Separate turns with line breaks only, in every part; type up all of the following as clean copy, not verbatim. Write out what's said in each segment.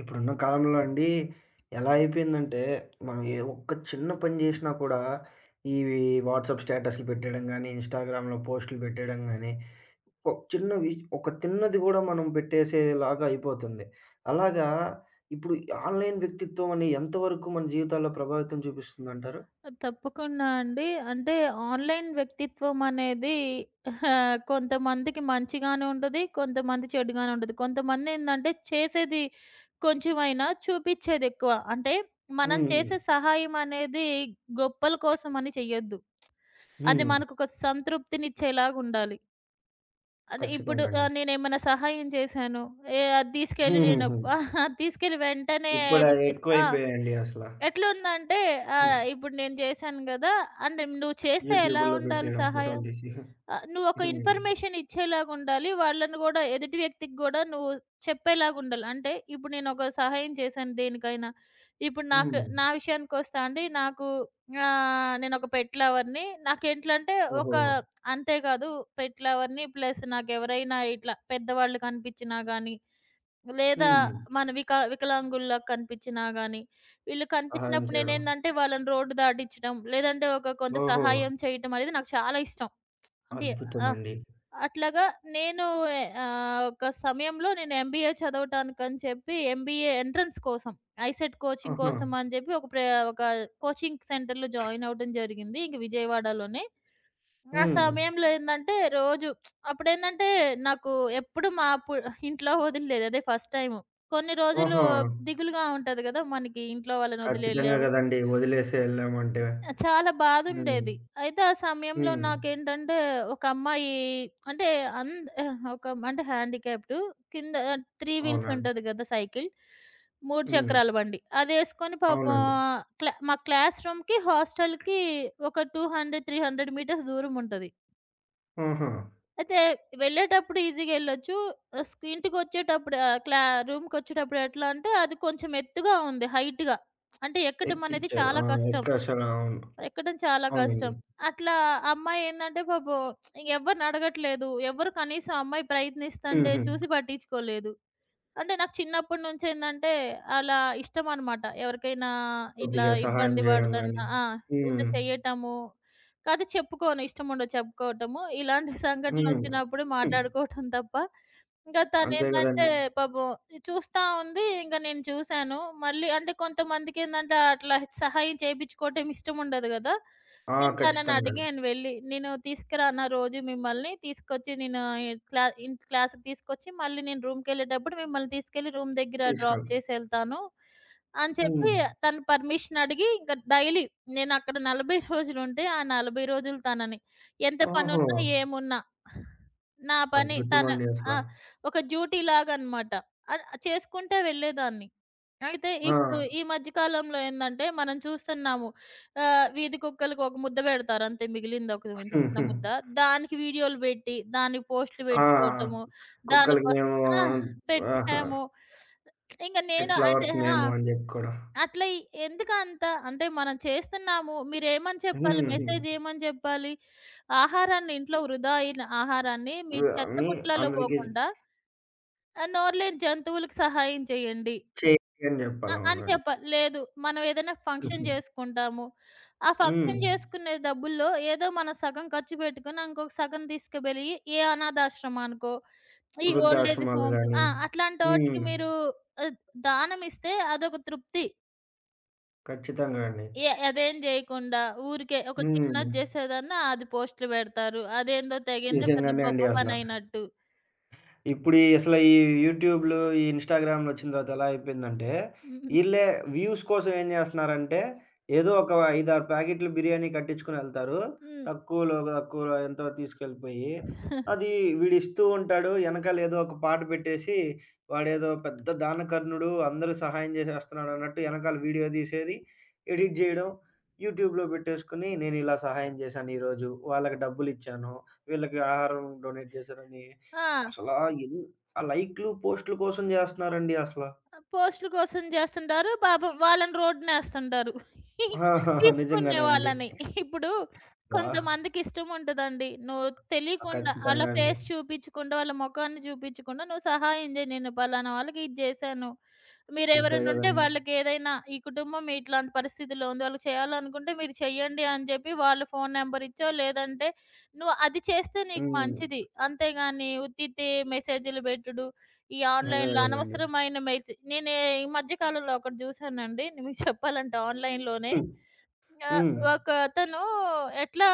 ఇప్పుడున్న కాలంలో అండి ఎలా అయిపోయిందంటే, మనం ఏ ఒక్క చిన్న పని జేసినా కూడా, ఇవి వాట్సాప్ స్టేటస్‌లు పెట్టేయడం గానీ, ఇన్‌స్టాగ్రామ్‌లో పోస్టులు పెట్టేయడం గానీ, ఒక చిన్నవి ఒక తిన్నది గూడా మనం పెట్టేసేలాగా అయిపోతుంది. అలాగా ఇప్పుడు ఆన్‌లైన్ వ్యక్తిత్వం అని ఎంతవరకు మన జీవితాల్లో ప్రభావితం చూపిస్తుందంటారు?
తప్పకుండా అండి. అంటే ఆన్‌లైన్ వ్యక్తిత్వం అనేది కొంతమందికి మంచిగానే ఉంటది. కొంతమంది చెడుగానే ఉంటది. కొంతమందేందంటే చేసేది కొంచెమైనా చూపిచ్చేదెక్కువ. అంటే మనం
హ్మ్.
చేసే సహాయం అనేది గొప్పల కోసమని చెయ్యొద్దు. అది
హ్మ్.
మనకొక సంతృప్తినిచ్చేలాగుండాలి. అంటే ఇప్పుడు
ఖచ్చితంగా అండి.
నేనేమైనా సహాయం చేశాను. ఏ అది తీసుకెళ్ళి నేను
హుహుహు.
ఆహా! తీసుకెళ్ళి వెంటనే
ఇప్పుడవి
తీసుకెళ్ళి ఆ!
ఎక్కువైపోయాయండి అసల.
ఎట్లుందంటే
హ్మ్.
ఇప్పుడు నేను చేశాను గదా! అంటే నువ్వు చేస్తే ఎలా
యూట్యూబుల్లో
ఉండాలి
పెట్టేయడం ఫోటోలు
సహాయం?
తీసి.
నువ్వొక
హ్మ్.
ఇన్ఫర్మేషన్ ఇచ్చేలాగుండాలి. వాళ్ళని గూడా ఎదుటి వ్యక్తికి గూడా నువ్వు చెప్పేలాగుండాలి. అంటే ఇప్పుడు నేనొక సహాయం చేశాను దేనికైనా. ఇప్పుడు నాకు
హ్మ్.
నా విషయానికొస్తా అండి. నాకు నేనొక పెట్ లవర్‌ని. నాకేంట్లంటే
ఓహో!
ఒక అంతే కాదు పెట్ లవర్‌ని ప్లస్ నాకెవరైనా ఇట్లా పెద్దవాళ్ళు కనిపించినా గాని, లేదా
హ్మ్.
మన వికలాంగుల్లా కనిపించినా గాని, వీళ్ళు
సహాయం
కనిపించినప్పుడు
చేయడం.
నేనేందంటే వాళ్ళని రోడ్డు దాటిచ్చడం, లేదంటే ఒక కొంత
ఓహో!
సహాయం చేయటం అనేది నాకు చాలా ఇష్టం. అంటే ఆహ్,
అద్భుతమండి.
అట్లాగా నేను ఒక సమయంలో నేను ఎంబీఏ చదవటానికని చెప్పి ఎంబీఏ ఎంట్రన్స్ కోసం, ఐసెట్ కోచింగ్
ఆహా!
కోసం అని చెప్పి ఒక కోచింగ్ సెంటర్‌లో జాయిన్ అవ్వడం జరిగింది. ఇంక విజయవాడలోనే. ఆ
హ్మ్.
సమయంలో ఏందంటే రోజు అప్పుడేందంటే నాకు ఎప్పుడు మా పు ఇంట్లో వదిలలేదు. అదే ఫస్ట్ టైము. కొన్ని రోజులు
ఓహో!
దిగులుగా ఉంటది గదా! మనకి ఇంట్లో వాళ్ళని వదిలి
ఖచ్చితంగా
ఎళ్ళాము.
గదండీ. వదిలేసి ఎళ్ళామంటే.
ఆ! చాలా
హ్మ్.
బాధుండేది. అయితే ఆ సమయంలో
హ్మ్.
నాకేంటంటే ఒక అమ్మాయి అంటే అంద ఒక అంటే హ్యాండిక్యాప్డ్ కింద 3 వీల్స్
అవునండి.
ఉంటది గదా! సైకిల్. 3
హ్మ్.
చక్రాల బండి. అదేసుకొని పాపం
అవునండి.
క్లాస్ రూమ్‌కి, హాస్టల్‌కి ఒక 200, 300 మీటర్స్ దూరం ఉంటది.
ఆహా!
అయితే వెళ్ళేటప్పుడు ఈజీగా వెళ్ళొచ్చు. ఆహ్, స్క్ ఇంటికొచ్చేటప్పుడు ఆహ్, క్లా రూమ్‌కొచ్చేటప్పుడు ఎట్లా అంటే అది కొంచెం ఎత్తుగా ఉంది హైట్‌గా. అంటే ఎక్కటం అనేది
ఎక్కిచ్చారు. ఆ!
చాలా కష్టం.
ఎక్కేశారు. అవును.
ఎక్కడం చాలా
అవునండి.
కష్టం. అట్లా అమ్మాయి ఏందంటే పాపం ఎవరిని అడగట్లేదు. ఎవరు కనీసం అమ్మాయి ప్రయత్నిస్తంటే
హుహు.
చూసి పట్టించుకోలేదు. అంటే నాకు చిన్నప్పటి నుంచి ఏందంటే, అలా ఇష్టమనమాట. ఎవరికైనా ఇట్లా
కొద్దిగా సహాయం
ఇబ్బంది
జేయడం గాని.
పడుతున్నా ఆ!
హ్మ్.
ఇట్లా చెయ్యటము. కాతే చెప్పుకోను. ఇష్టముండదు చెప్పుకోవటము. ఇలాంటి
హ్మ్.
సంఘటనలొచ్చినప్పుడు
హ్మ్.
మాట్లాడుకోవటం తప్ప, ఇంకా
అంతే
తనేందంటే
గదండీ.
పాపం చూస్తా ఉంది. ఇంక నేను చూసాను. మళ్ళీ అంటే కొంతమందికేందంటే, అట్లా సహాయం చేపిచ్చుకోవటం ఇష్టముండదు గదా!
ఆ!
నేను తనని
ఖచ్చితంగా అండి.
అడిగాను వెళ్ళి. నేను తీసుకురానా రోజు మిమ్మల్ని? తీసుకొచ్చి నేను క్లాస్‌కి తీసుకొచ్చి మళ్ళీ నేను రూమ్‌కెళ్ళేటప్పుడు మిమ్మల్ని తీసుకెళ్ళి రూమ్ దగ్గర డ్రాప్
తీసుకెళ్
చేసి ఎళ్తాను. అని
హ్మ్.
చెప్పి తను పర్మిషన్ అడిగి ఇంక డైలీ నేనక్కడ 40 రోజులుంటే, ఆ 40 రోజులు తనని. ఎంత
ఓహో!
పనున్నా, ఏమున్నా నా పని తన
అద్భుతమండి అసల.
ఆ! ఒక డ్యూటీ లాగనమాట. అ చేసుకుంటా వెళ్ళేదాన్ని. అయితే
ఆ!
ఇప్పుడు ఈ మధ్య కాలంలో ఏందంటే, మనం చూస్తున్నాము. వీధి కుక్కలకి ఒక ముద్ద పెడతారు అంతే. మిగిలింది ఒక ఇంత చిన్న
హుహు.
ముద్ద. దానికి వీడియోలు పెట్టి, దానికి పోస్టులు
ఆ!
పెట్టుకోవటము,
కుక్కలకి
దానికోసం
మేము
ఆ!
ఆహా!
పెట్టాము. ఇంక నేను
పెట్ లవర్స్
అదే ఆ!
మేము అని జెప్పుకోవడం.
అట్లా ఎందుకంత అంటే మనం చేస్తున్నాము. మీరేమని చెప్పాలి?
హుహు.
మెసేజ్ ఏమని చెప్పాలి? ఇంట్లో వృధా అయిన ఆహారాన్ని మీ చెత్త
అని
బుట్టలలో
అందరికి
పోకుండా నోరులేని జంతువులకు సహాయం చేయండి.
చేయండి అని జెప్పాలి.
అని
అవునండి.
చెప్పాలి. లేదు. మనం ఏదైనా ఫంక్షన్
హుహు.
జేసుకుంటాము. ఆ
హ్మ్.
ఫంక్షన్ జేసుకునే డబ్బుల్లో ఏదో మనం సగం ఖర్చు పెట్టుకొని, ఇంకొక సగం తీసుకువెళ్ళి ఏ అనాథాశ్రమానికో, ఈ ఓల్డ్ ఏజ్
వృద్ధాశ్రమాలు
హోమ్స్
గాని
ఆ! అట్లాంటోటికి
హ్మ్.
మీరు ఆహ్, దానం ఇస్తే అదొక తృప్తి.
ఖచ్చితంగా అండి.
ఏ అదేం జేయకుండా ఊరికే ఒక
హ్మ్.
చిన్నది జేసేదన్నా అది పోస్టులు పెడతారు. అదేందో తెగేందో పెద్ద
నిజంగానే
గొప్ప
అండి అసల.
పనయినట్టు.
ఇప్పుడు ఈ అసలు ఈ యూట్యూబ్‌లు, ఈ ఇన్‌స్టాగ్రామ్‌లు వచ్చిన తర్వాత ఎలా అయిపోయిందంటే,
హ్మ్.
ఈళ్ళే వ్యూస్ కోసం ఏం చేస్తన్నారంటే, ఏదో ఒక 5, 6 ప్యాకెట్లు బిర్యానీ కట్టించుకొనెళ్తారు.
హ్మ్.
తక్కువలో తక్కువలో ఎంతో తీసుకెళ్ళిపోయి, అది వీడిస్తూ ఉంటాడు. ఎనకాల ఏదో ఒక పాట పెట్టేసి, వాడేదో పెద్ద దానకర్ణుడు, అందరూ సహాయం చేసేస్తున్నాడు అన్నట్టు ఎనకాల వీడియో తీసేది, ఎడిట్ చేయడం, యూట్యూబ్‌లో పెట్టేసుకొని, నేనిలా సహాయం చేశాను ఈరోజు, వాళ్ళకి డబ్బులిచ్చాను, వీళ్ళకి ఆహారం డొనేట్ చేశానని
ఆ!
అసలా ఎన్ ఆ లైక్‌లు, పోస్ట్‌లు కోసం జేస్తున్నారండి అసల.
ఆ! పోస్ట్‌ల కోసం జేస్తుంటారు. పాపం వాళ్ళని రోడ్డునేస్తుంటారు. తీసుకునే
నిజంగానే అండి.
వాళ్ళని. ఇప్పుడు
వా
కొంతమందికి ఇష్టం ఉంటదండి. నువ్వు తెలియకుండా ఆళ్ళ
ఖచ్చితంగా అండి.
ఫేస్ చూపించకుండా, వాళ్ళ మొఖాన్ని చూపించకుండా నువ్వు సహాయం జేయి. నేను పలానా వాళ్ళకి ఇది జేశాను.
అంతే
మీరెవరైనా ఉంటే
గదండీ.
వాళ్ళకి ఏదైనా ఈ కుటుంబం ఇట్లాంటి పరిస్థితిలో ఉంది. వాళ్ళకి చేయాలనుకుంటే మీరు చెయ్యండి అని జెప్పి వాళ్ళ ఫోను నంబర్ ఇచ్చో, లేదంటే నువ్వు అది చేస్తే నీకు
హ్మ్.
మంచిది. అంతేగాని ఉత్తిత్తి మెసేజులు బెట్టుడు. ఈ
నిజమే
ఆన్‌లైన్‌లో
గదండీ.
అనవసరమైన మెయిల్స్ నేనే ఈ మధ్య కాలంలో ఒకటి జూసానండి. మీకు చెప్పాలంటే ఆన్‌లైన్‌లోనే ఆహ్,
హ్మ్.
ఒకతను ఎట్లా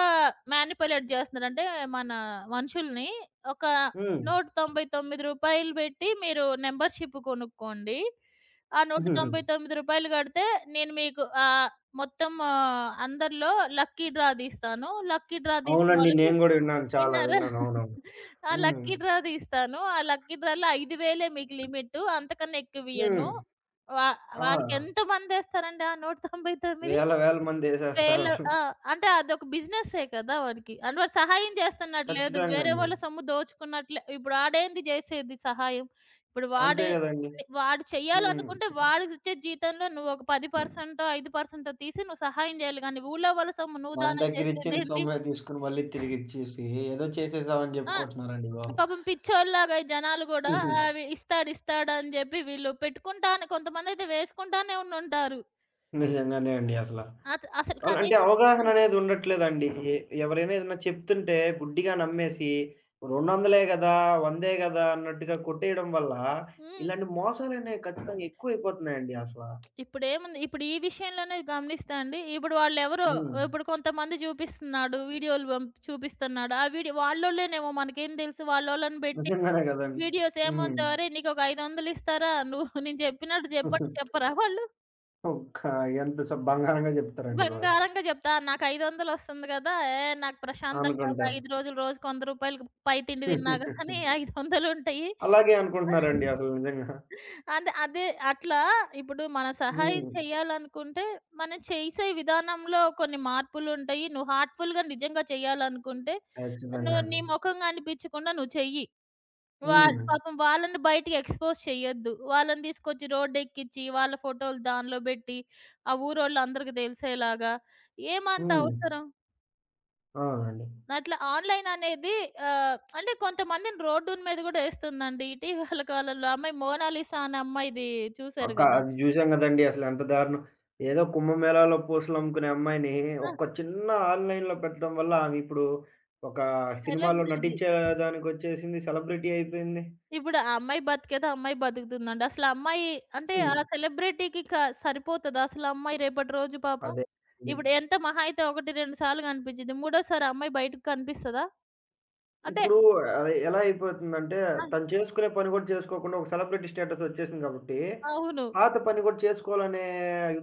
మ్యానిపులేట్ జేస్తున్నాడంటే, మన మనుషుల్ని ఒక రూ.
హ్మ్.
199 బెట్టి మీరు మెంబర్‌షిప్ కొనుక్కోండి. ఆ రూ.
హ్మ్.
199 గడితే నేను మీకు మొత్తం ఆ, అందరిలో లక్కీ డ్రా దీస్తాను. లక్కీ డ్రా
అవునండి.
దీసినోళ్ళకి
నేను గూడా విన్నాను. చాలా
విన్నారా?
విన్నాను. అవునవును.
ఆ
హ్మ్.
లక్కీ డ్రా తీస్తాను. ఆ లక్కీ డ్రాలో 5,000 మీకు లిమిటు. అంతకన్నా
హ్మ్.
ఎక్కువియ్యను. వా
ఆ!
వాడికి ఎంతమందేస్తారండి ఆ 199?
వేల వేల మందేసేస్తారు.
వేలు ఆ! అంటే అదొక బిజినెస్సే కదా వాడికి. అంటే వాడు సహాయం చేస్తున్నట్టు లేదు.
ఖచ్చితంగా
వేరే
అండి.
వాళ్ళ సొమ్ము దోచుకున్నట్లే ఇప్పుడు ఆడేంది జేసేది సహాయం? ఇప్పుడు
అంతే
వాడే
గదండీ.
వాడు
హ్మ్.
చెయ్యాలనుకుంటే వాడికిచ్చే జీతంలో నువ్వొక 10%, 5%, తీసి నువ్వు సహాయం జేయాలి గానీ, ఊళ్ళో వాళ్ళ సొమ్ము నువ్వు
మన
దానం
దగ్గర ఇచ్చిన
జేసేదేంది?
సొమ్మే తీసుకొని మళ్ళీ తిరిగిచ్చేసి, ఏదో చేసేసామని
ఆ!
జెప్పుకుంటున్నారండి
పాపం పిచ్చోల్లాగా ఈ జనాలు గూడా
బాబు.
అవి ఇస్తాడు, ఇస్తాడు అని జెప్పి వీళ్ళు పెట్టుకుంటానే కొంతమందయితే వేసుకుంటానే ఉండుంటారు.
నిజంగానే అండి అసల.
అత అసలు
ఆళ్ళు అంటే
కనీసం
అవగాహన అనేది ఉండట్లేదండి. ఎవరైనా ఏదైనా చెప్తుంటే గుడ్డిగా నమ్మేసి, "200లే గదా! 100 గదా!" అన్నట్టుగా కొట్టేయడం వల్ల,
హ్మ్.
ఇలాంటి మోసాలనేవి ఖచ్చితంగా ఎక్కువైపోతున్నాయండి అసల.
ఇప్పుడేముంది ఇప్పుడు ఈ విషయంలోనే గమనిస్తే అండి, ఇప్పుడు వాళ్ళెవరో
హ్మ్.
ఇప్పుడు కొంతమంది చూపిస్తున్నాడు. వీడియోలు చూపిస్తున్నాడు. ఆ వీడియో వాళ్ళోళ్ళేనేమో మనకేం తెలుసు? వాళ్ళోళ్ళని పెట్టి
నిజంగానే గదండీ!
వీడియోస్
హ్మ్.
ఏముంది? "ఒరేయ్! నీకొక 500 ఇస్తారా? నువ్వు నేను చెప్పినట్టు చెప్పంటే" చెప్పరా వాళ్ళు?
ఒక్క ఎంత బంగారంగా జెప్తారండి బాబు.
బంగారంగా జెప్తా. నాకు 500 ఒస్తుంది గదా! ఏ నాకు ప్రశాంతంగా ఒక
అనుకుంటారు.
5 రోజులు రోజుకు 100 రూపాయలకి పై తిండి తిన్నా గానీ 500 ఉంటయి.
అలాగే అనుకుంటున్నారండి అసలు నిజంగా.
అంటే అదే అదే అట్లా ఇప్పుడు మన సహాయం
హ్మ్.
చేయాలనుకుంటే, మనం చేసే విధానంలో కొన్ని మార్పులుంటయి. నువ్వు హార్ట్‌ఫుల్‌గా నిజంగా చేయాలనుకుంటే,
ఖచ్చితంగా
నువ్వు
అండి.
నీ మొఖం గనిపిచ్చకుండా నువ్వు చెయ్యి.
హ్మ్.
పాపం వాళ్ళని బయటికి ఎక్స్‌పోజ్ చెయ్యొద్దు. వాళ్ళని తీసుకొచ్చి రోడ్డెక్కిచ్చి, వాళ్ళ ఫోటోలు దానిలో బెట్టి, ఆ ఊరోళ్ళందరికి తెలిసేలాగా ఏమంత
హ్మ్.
అవసరం?
అవునండి.
అట్లా ఆన్‌లైన్ అనేది ఆహ్, అంటే కొంతమందిని రోడ్డున మీద గూడా ఎస్తుందండి. ఇటీవల కాలంలో ఆ అమ్మాయి మోనాలిసా అనే అమ్మాయిది చూసారు
అక్క
గదా!
అది జూసాం గదండీ అసలెంత దారుణం. ఏదో కుంభమేళాలో పూసలమ్ముకునే అమ్మాయిని ఒక్క చిన్న ఆన్‌లైన్‌లో పెట్టడం వల్ల ఆమె ఇప్పుడు ఒక సినిమాలో
సెలబ్రిటీ.
నటించే దానికొచ్చేసింది. సెలబ్రిటీ అయిపోయింది.
ఇప్పుడు ఆ అమ్మాయి బతికేదో అమ్మాయి బతుకుతుందండి. అసలు ఆ అమ్మాయి అంటే ఆ
హ్మ్.
సెలబ్రిటీకి సరిపోతదా అసలు ఆ అమ్మాయి రేపటి రోజు పాపం?
అదే. ఉంది.
ఇప్పుడు ఎంత మహా అయితే 1, 2 సార్లు కనిపించిద్ది. మూడోసారి ఆ అమ్మాయి బయటకి కనిపిస్తదా? అంటే
ఇప్పుడు అది ఎలా అయిపోతుందంటే,
ఆహ్,
తను చేసుకునే పని గూడా చేసుకోకుండా ఒక సెలబ్రిటీ స్టేటస్ ఒచ్చేసింది గాబట్టి,
అవును.
పాత పని గూడా చేసుకోవాలనే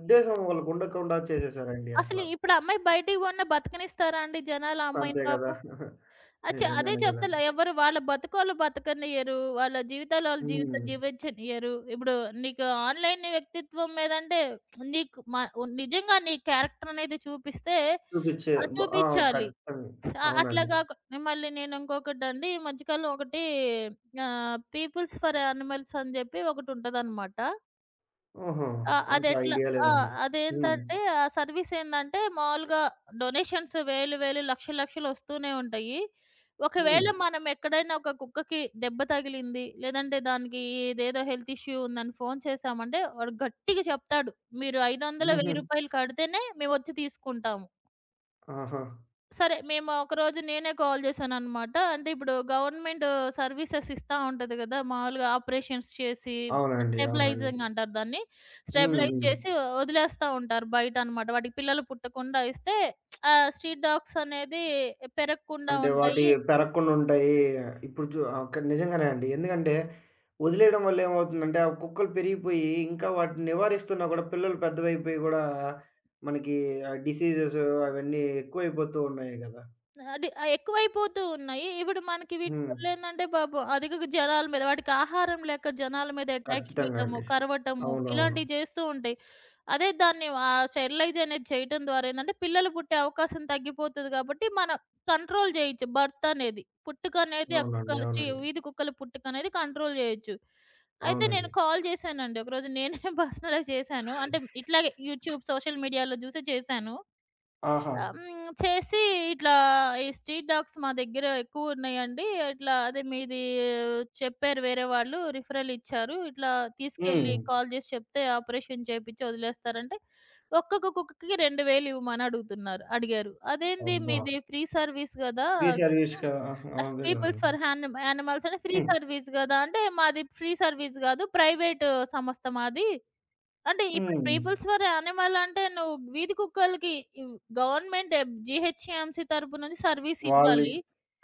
ఉద్దేశం వాళ్ళకుండకుండా చేసేసారండి అసల.
అసలు ఇప్పుడు ఆ అమ్మాయి బయటికి పోయినా బతకనిస్తారా అండి జనాలు ఆ అమ్మాయిని
అంతే గదా!
పాపం? అచ్చ అదే
నిజంగానే
చెప్తలే
గదండీ.
ఎవరు వాళ్ళ బతుకోళ్ళు బతకనియ్యరు. వాళ్ళ జీవితాలు వాళ్ళు
హ్మ్.
జీవించనియ్యరు. ఇప్పుడు నీకు ఆన్‌లైన్ వ్యక్తిత్వం మీదంటే నీకు మ నిజంగా నీ క్యారెక్టర్ అనేది చూపిస్తే
చూపిచ్చే
ఆ!
బ్ ఆ!
చూపిచ్చాలి.
ఖచ్చితంగా.
ఆహ్, అట్లా
అవునండి.
గాకు మళ్ళీ నేను ఇంకొకటండి ఈ మధ్యకాలం ఒకటి పీపుల్స్ ఫర్ యానిమల్స్ అని జెప్పి ఒకటుంటదనమాట.
ఓహో!
ఆ!
అంత
అదెట్లా
ఐడియా
ఆ!
లేదండి. హ్మ్.
అదేంటంటే ఆ సర్వీస్ ఏందంటే మాములుగా డొనేషన్స్ వేలు వేలు, లక్షలు లక్షలు ఒస్తూనే ఉంటాయి.
హ్మ్.
ఒకవేళ మనం ఎక్కడైనా ఒక కుక్కకి దెబ్బ తగిలింది, లేదంటే దానికి ఇదేదో హెల్త్ ఇష్యూ ఉందని ఫోను చేశామంటే వాడు గట్టిగా చెప్తాడు. మీరు 500,
హుహు.
రూ. 1000 కడితేనే మేమొచ్చి తీసుకుంటాం.
ఆహా!
సరే. మేము ఒకరోజు నేనే కాల్ చేశాననమాట. అంటే ఇప్పుడు గవర్నమెంట్ సర్వీసెస్ ఇస్తా ఉంటది కదా! మామూలుగా ఆపరేషన్స్ చేసి
అవునండి. అవునండి.
స్టెబిలైజింగ్ అంటారు దాన్ని.
హ్మ్.
స్టెబిలైజ్
హ్మ్.
చేసి వదిలేస్తా ఉంటారు బయటనమాట. వాటికి పిల్లలు పుట్టకుండా ఇస్తే స్ట్రీట్ డాగ్స్ అనేది పెరగకుండా
అంటే వాటి
ఉంటాయి.
పెరగకుండా ఉంటాయి. ఇప్పుడు అక్కడ నిజంగానే అండి. ఎందుకంటే వదిలేయడం వల్ల ఏమవుతుందంటే ఆ కుక్కలు పెరిగిపోయి ఇంకా వాటిని నివారిస్తున్నా కూడా పిల్లలు పెద్దవైపోయి కూడా మనకి ఆ డిసీజెస్ అవన్నీ ఎక్కువైపోతూ ఉన్నాయి గదా!
అది ఎక్కువైపోతూ ఉన్నాయి. ఇప్పుడు మనకి వీటి
హ్మ్.
వల్లేందంటే పాపం అధిక జనాల మీద వాటికి ఆహారం లేక జనాల మీద అటాక్
ఖచ్చితంగా
చేయటము,
అండి.
కరవటము
అవునవును.
ఇలాంటివి చేస్తూ ఉంటాయి. అదే దాన్ని స్టెరిలైజ్ అనేది చేయటం ద్వారా ఏందంటే పిల్లలు పుట్టే అవకాశం తగ్గిపోతది కాబట్టి మనం కంట్రోల్ చేయొచ్చు బర్త్ అనేది. పుట్టుక అనేది ఆ
అవునండి.
కుక్కలు
అవునండి.
వీధి కుక్కల పుట్టుక అనేది కంట్రోల్ చేయొచ్చు. అయితే నేను
అవునండి.
కాల్ చేశానండి. ఒకరోజు నేనే పర్సనల్‌గా చేశాను. అంటే ఇట్లాగే యూట్యూబ్, సోషల్ మీడియాలో చూసి చేశాను.
ఆహా!
ఆహ్, హ్మ్. చేసి ఇట్లా ఈ స్ట్రీట్ డాగ్స్ మా దగ్గర ఎక్కువున్నాయండి. ఇట్లా అదే మీది చెప్పారు వేరే వాళ్ళు రిఫరల్ ఇచ్చారు. ఇట్లా
హ్మ్.
తీసుకెళ్ళి కాల్ చేసి చెప్తే ఆపరేషన్ చేపిచ్చి వదిలేస్తారంటే, ఒక్కొక్క కుక్కకి 2000 ఇవ్వమని అడుగుతున్నారు. అడిగారు. అదేంది
అబ్బా!
మీది ఫ్రీ సర్వీస్ గదా!
ఫ్రీ సర్వీస్
హ్మ్.
కా ఆహా! అదే
పీపుల్స్
గదండీ.
ఫర్ యానిమల్స్ అని ఫ్రీ
హ్మ్.
సర్వీస్ గదా! అంటే మాది ఫ్రీ సర్వీస్ గాదు. ప్రైవేట్ సంస్థ మాది. అంటే ఇప్పుడు
హ్మ్.
పీపుల్స్ ఫర్ యానిమల్ అంటే నువ్వు వీధి కుక్కలకి ఇవ్ గవర్నమెంట్ జీహెచ్ఎంసీ తరపు నుంచి సర్వీస్
వాళ్ళి
ఇవ్వాలి.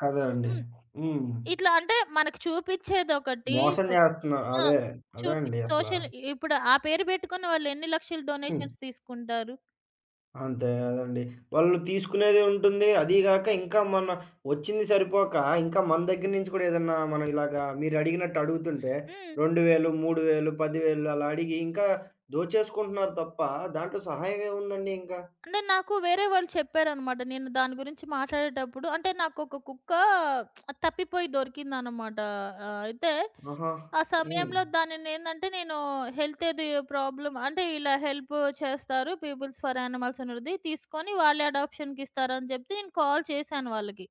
కదా అండి.
హ్మ్.
హ్మ్.
ఇట్లా అంటే మనకు చూపిచ్చేదొకటి
మోసం
సో
జేస్తున్నారు.
ఆ!
అదే. అదే
చూపి
అండి అసల.
సోషల్ ఇప్పుడు ఆ పేరు పెట్టుకుని వాళ్ళు ఎన్ని లక్షలు
హ్మ్.
డొనేషన్స్ తీసుకుంటారు.
అంతే గదండీ. వాళ్ళు తీసుకునేది ఉంటుంది. అదీ గాక ఇంకా మన వచ్చింది సరిపోక, ఇంకా మన దగ్గర నుంచి కూడా ఏదన్నా మనం ఇలాగా మీరడిగినట్టు అడుగుతుంటే
హ్మ్.
2000, 3000, 10,000 అలా అడిగి ఇంకా దోచేసుకుంటున్నారు తప్ప దాంట్లో సహాయం ఏముందండి ఇంకా?
అంటే నాకు వేరే వాళ్ళు చెప్పారనమాట. నేను దాని గురించి మాట్లాడేటప్పుడు అంటే నాకొక కుక్క తప్పిపోయి దొరికిందనమాట. అయితే
ఆహా!
ఆ
హ్మ్.
సమయంలో దానినేందంటే నేను హెల్త్ ఏది ప్రాబ్లమ్ అంటే ఇలా హెల్ప్ చేస్తారు పీపుల్స్ ఫర్ యానిమల్స్ అనేది. తీసుకొని వాళ్ళే అడాప్షన్‌కి ఇస్తారని చెప్తే నేను కాల్ చేశాను వాళ్ళకి.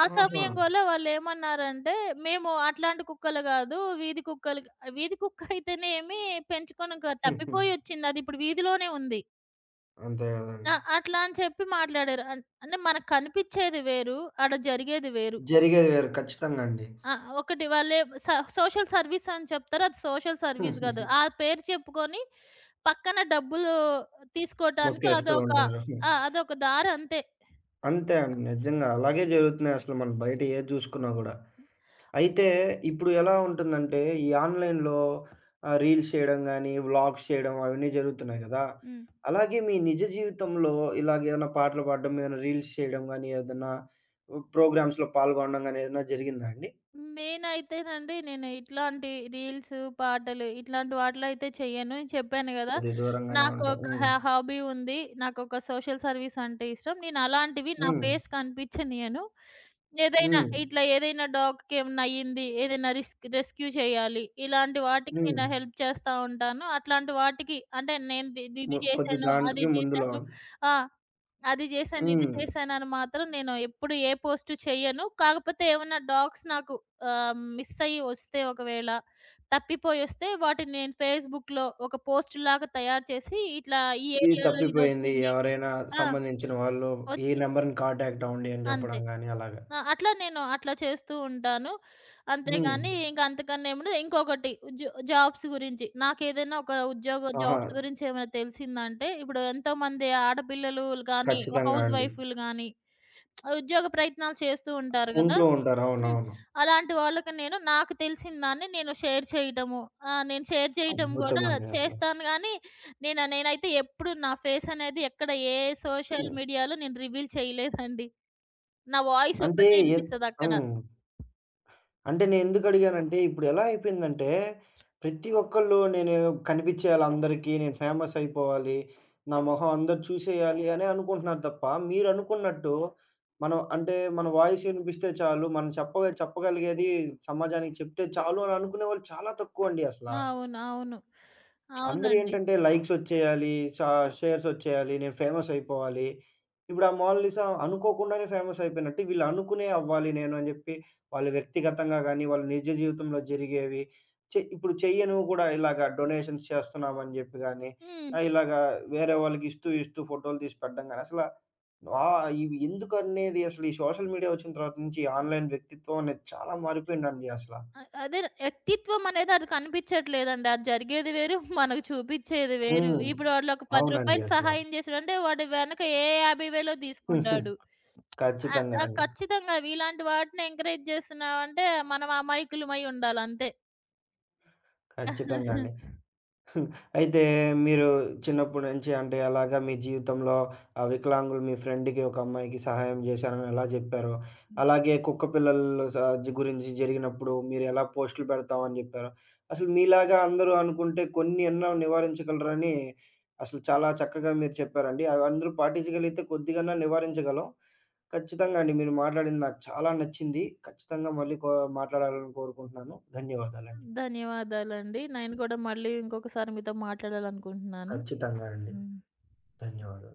ఆ
ఆహా!
సమయం గూడా వాళ్ళేమన్నారంటే, "మేము అట్లాంటి కుక్కలు గాదు. వీధి కుక్కలు" వీధి కుక్క అయితేనేమి పెంచుకొని ఇంక తప్పిపోయొచ్చింది. అదిప్పుడు వీధిలోనే ఉంది.
అంతే గదండీ.
ఆ! అట్లా అని చెప్పి మాట్లాడారు. అన్ అంటే మనకు కనిపిచ్చేది వేరు. ఆడ జరిగేది వేరు.
జరిగేది వేరు. ఖచ్చితంగా అండి.
ఆ! ఒకటి వాళ్ళే స సోషల్ సర్వీస్ అని చెప్తారు. అది సోషల్ సర్వీస్ గాదు. ఆ పేరు చెప్పుకొని పక్కన డబ్బులు తీసుకోటానికి
నొక్కేస్తూ
అదొక
ఉంటారు.
ఆ! అదొక దారంతే.
అంతే అండి. నిజంగా అలాగే జరుగుతున్నాయసలు మనం బయట ఏది జూసుకున్నా గూడా. అయితే ఇప్పుడు ఎలా ఉంటుందంటే, ఈ ఆన్‌లైన్‌లో రీల్స్ చేయడం గానీ, వ్లాగ్స్ చేయడం అవన్నీ జరుగుతున్నాయి గదా!
హ్మ్.
అలాగే మీ నిజ జీవితంలో ఇలాగేమైనా పాటలు పాడడం, ఏమైనా రీల్స్ చేయడం గానీ, ఏదన్నా ప్రోగ్రామ్స్‌లో పాల్గొనడం గానీ ఏదైనా జరిగిందా అండి?
నేనైతేనండి నేను ఇట్లాంటి రీల్స్, పాటలు ఇట్లాంటి వాటిలో అయితే చెయ్యను. చెప్పాను గదా!
కొద్దిగా దూరంగానే ఉంటారు.
నాకొక
హ్మ్.
హాబీ ఉంది. నాకొక సోషల్ సర్వీస్ అంటే ఇష్టం. నేను అలాంటివి నా
హ్మ్.
ఫేస్ కనిపించనీయను. ఏదైనా
హ్మ్.
ఇట్లా ఏదైనా డాగ్‌కి ఏమన్నా అయ్యింది, ఏదైనా రెస్క్యూ చేయాలి. ఇలాంటి వాటికి
హ్మ్.
నేను హెల్ప్ చేస్తా ఉంటాను. అట్లాంటి వాటికి అంటే నేను ది ది- ఇది
కొద్ది
చేశాను, అది
దానికి ముందులో
చేశాను ఆ! అది చేశాను, ఇది
హ్మ్.
చేశానని మాత్రం నేను ఎప్పుడు ఏ పోస్ట్ చెయ్యను. కాకపోతే ఏమన్నా డాగ్స్ నాకు మిస్ అయ్యి వస్తే ఒకవేళ తప్పిపోయొస్తే వాటిని నేను ఫేస్‌బుక్‌లో ఒక పోస్ట్‌లాగా తయారు చేసి ఇట్లా ఈ
ఇది
ఏరియాలో
తప్పిపోయింది.
ఇదొచ్చింది.
ఎవరైనా
ఆ!
సంబంధించిన వాళ్ళు ఈ
వచ్చి
నంబర్‌ని కాంటాక్ట్ అవ్వండి అని
అంతే.
చెప్పడం గాని అలాగా.
ఆ! అట్లా నేను అట్లా చేస్తూ ఉంటాను.
హ్మ్.
అంతేగాని ఇంక అంతకన్నా ఏముండదు. ఇంకొకటి జాబ్స్ గురించి నాకేదైనా ఒక ఉద్యోగ
ఆహా!
జాబ్స్ గురించి ఏమైనా తెలిసిందంటే, ఇప్పుడు ఎంతోమంది ఆడపిల్లలు గాని,
ఖచ్చితంగా
హౌస్
అండి.
వైఫ్‌లు గాని ఉద్యోగ ప్రయత్నాలు చేస్తూ ఉంటారు గదా!
ఉంటూ ఉంటారు.
హ్మ్.
అవునవును.
అలాంటి వాళ్ళకి నేను నాకు తెలిసిన దాన్ని నేను షేర్ చేయటము. నేను షేర్ చేయటం గూడా
అద్భుతమండి అసలు.
చేస్తాను గానీ, నేనైతే ఎప్పుడు నా ఫేస్ అనేది ఎక్కడ ఏ సోషల్
హ్మ్.
మీడియాలో నేను రివీల్ చేయలేదండి. నా వాయిస్
అంటే
ఒక్కటే
ఎన్
ఇనిపిస్తదక్కడ.
హ్మ్. అంటే నేనెందుకు అడిగానంటే, ఇప్పుడెలా అయిపోయిందంటే, ప్రతి ఒక్కళ్ళు నేను కనిపిచ్చేయాలి అందరికీ, నేను ఫేమస్ అయిపోవాలి, నా మొహం అందరూ చూసేయాలి అనే అనుకుంటున్నారు తప్ప, మీరనుకున్నట్టు మనం అంటే మన వాయిస్ వినిపిస్తే చాలు, మనం చెప్పగలిగేది సమాజానికి చెప్తే చాలు అని అనుకునేవాళ్ళు చాలా తక్కువండి అసల.
అవును.
అందరూ
అవునండి.
ఏంటంటే లైక్స్ వచ్చేయాలి, షేర్స్ వచ్చేయాలి, నేను ఫేమస్ అయిపోవాలి. ఇప్పుడు ఆ మోనాలిసా అనుకోకుండానే ఫేమస్ అయిపోయినట్టు వీళ్ళు అనుకునే అవ్వాలి నేను అని జెప్పి, వాళ్ళు వ్యక్తిగతంగా గాని, వాళ్ళ నిజ జీవితంలో జరిగేవి ఇప్పుడు చెయ్యనివి గూడా ఇలాగ డొనేషన్స్ చేస్తున్నామని జెప్పి గాని,
హ్మ్.
ఇలాగా వేరే వాళ్ళకి ఇస్తూ ఫోటోలు తీసి పెట్టడం గాని, అసల ఇవి ఎందుకనేది అసలు ఈ సోషల్ మీడియా వచ్చిన తర్వాత నుంచి ఆన్‌లైన్ వ్యక్తిత్వం అనేది చాలా మారిపోయిందండి అసల.
అదే వ్యక్తిత్వం అనేది అది కనిపించట్లేదండి. అది జరిగేది వేరు, మనకు చూపించేది వేరు.
హ్మ్.
ఇప్పుడు వాళ్ళొక రూ.
అవునండి
10
అసల.
సహాయం చేసాడంటే వాడి వెనక ఏ 50,000 తీసుకుంటాడు.
ఖచ్చితంగా అండి.
ఖచ్చితంగా అవి ఇలాంటి వాటిని ఎంకరేజ్ చేస్తున్నావంటే మనం అమాయకులమై ఉండాలంతే.
ఖచ్చితంగా అండి. అయితే మీరు చిన్నప్పటి నుంచి అంటే అలాగా మీ జీవితంలో ఆ వికలాంగులు మీ ఫ్రెండ్‌కి ఒక అమ్మాయికి సహాయం చేశారని ఎలా చెప్పారో, అలాగే కుక్క పిల్లలు గురించి జరిగినప్పుడు మీరు ఎలా పోస్టులు పెడతామని చెప్పారో, అసలు మీలాగా అందరూ అనుకుంటే కొన్ని అన్నా నివారించగలరని అసలు చాలా చక్కగా మీరు చెప్పారండి. అవి అందరూ పాటించగలిగితే కొద్దిగన్నా నివారించగలం. ఖచ్చితంగా అండి. మీరు మాట్లాడింది నాకు చాలా నచ్చింది. ఖచ్చితంగా మళ్ళీ మాట్లాడాలని కోరుకుంటున్నాను. ధన్యవాదాలండి.
ధన్యవాదాలండి. నేను కూడా మళ్ళీ ఇంకొకసారి మీతో మాట్లాడాలనుకుంటున్నాను.
ఖచ్చితంగా అండి.
హ్మ్.
ధన్యవాదాలు.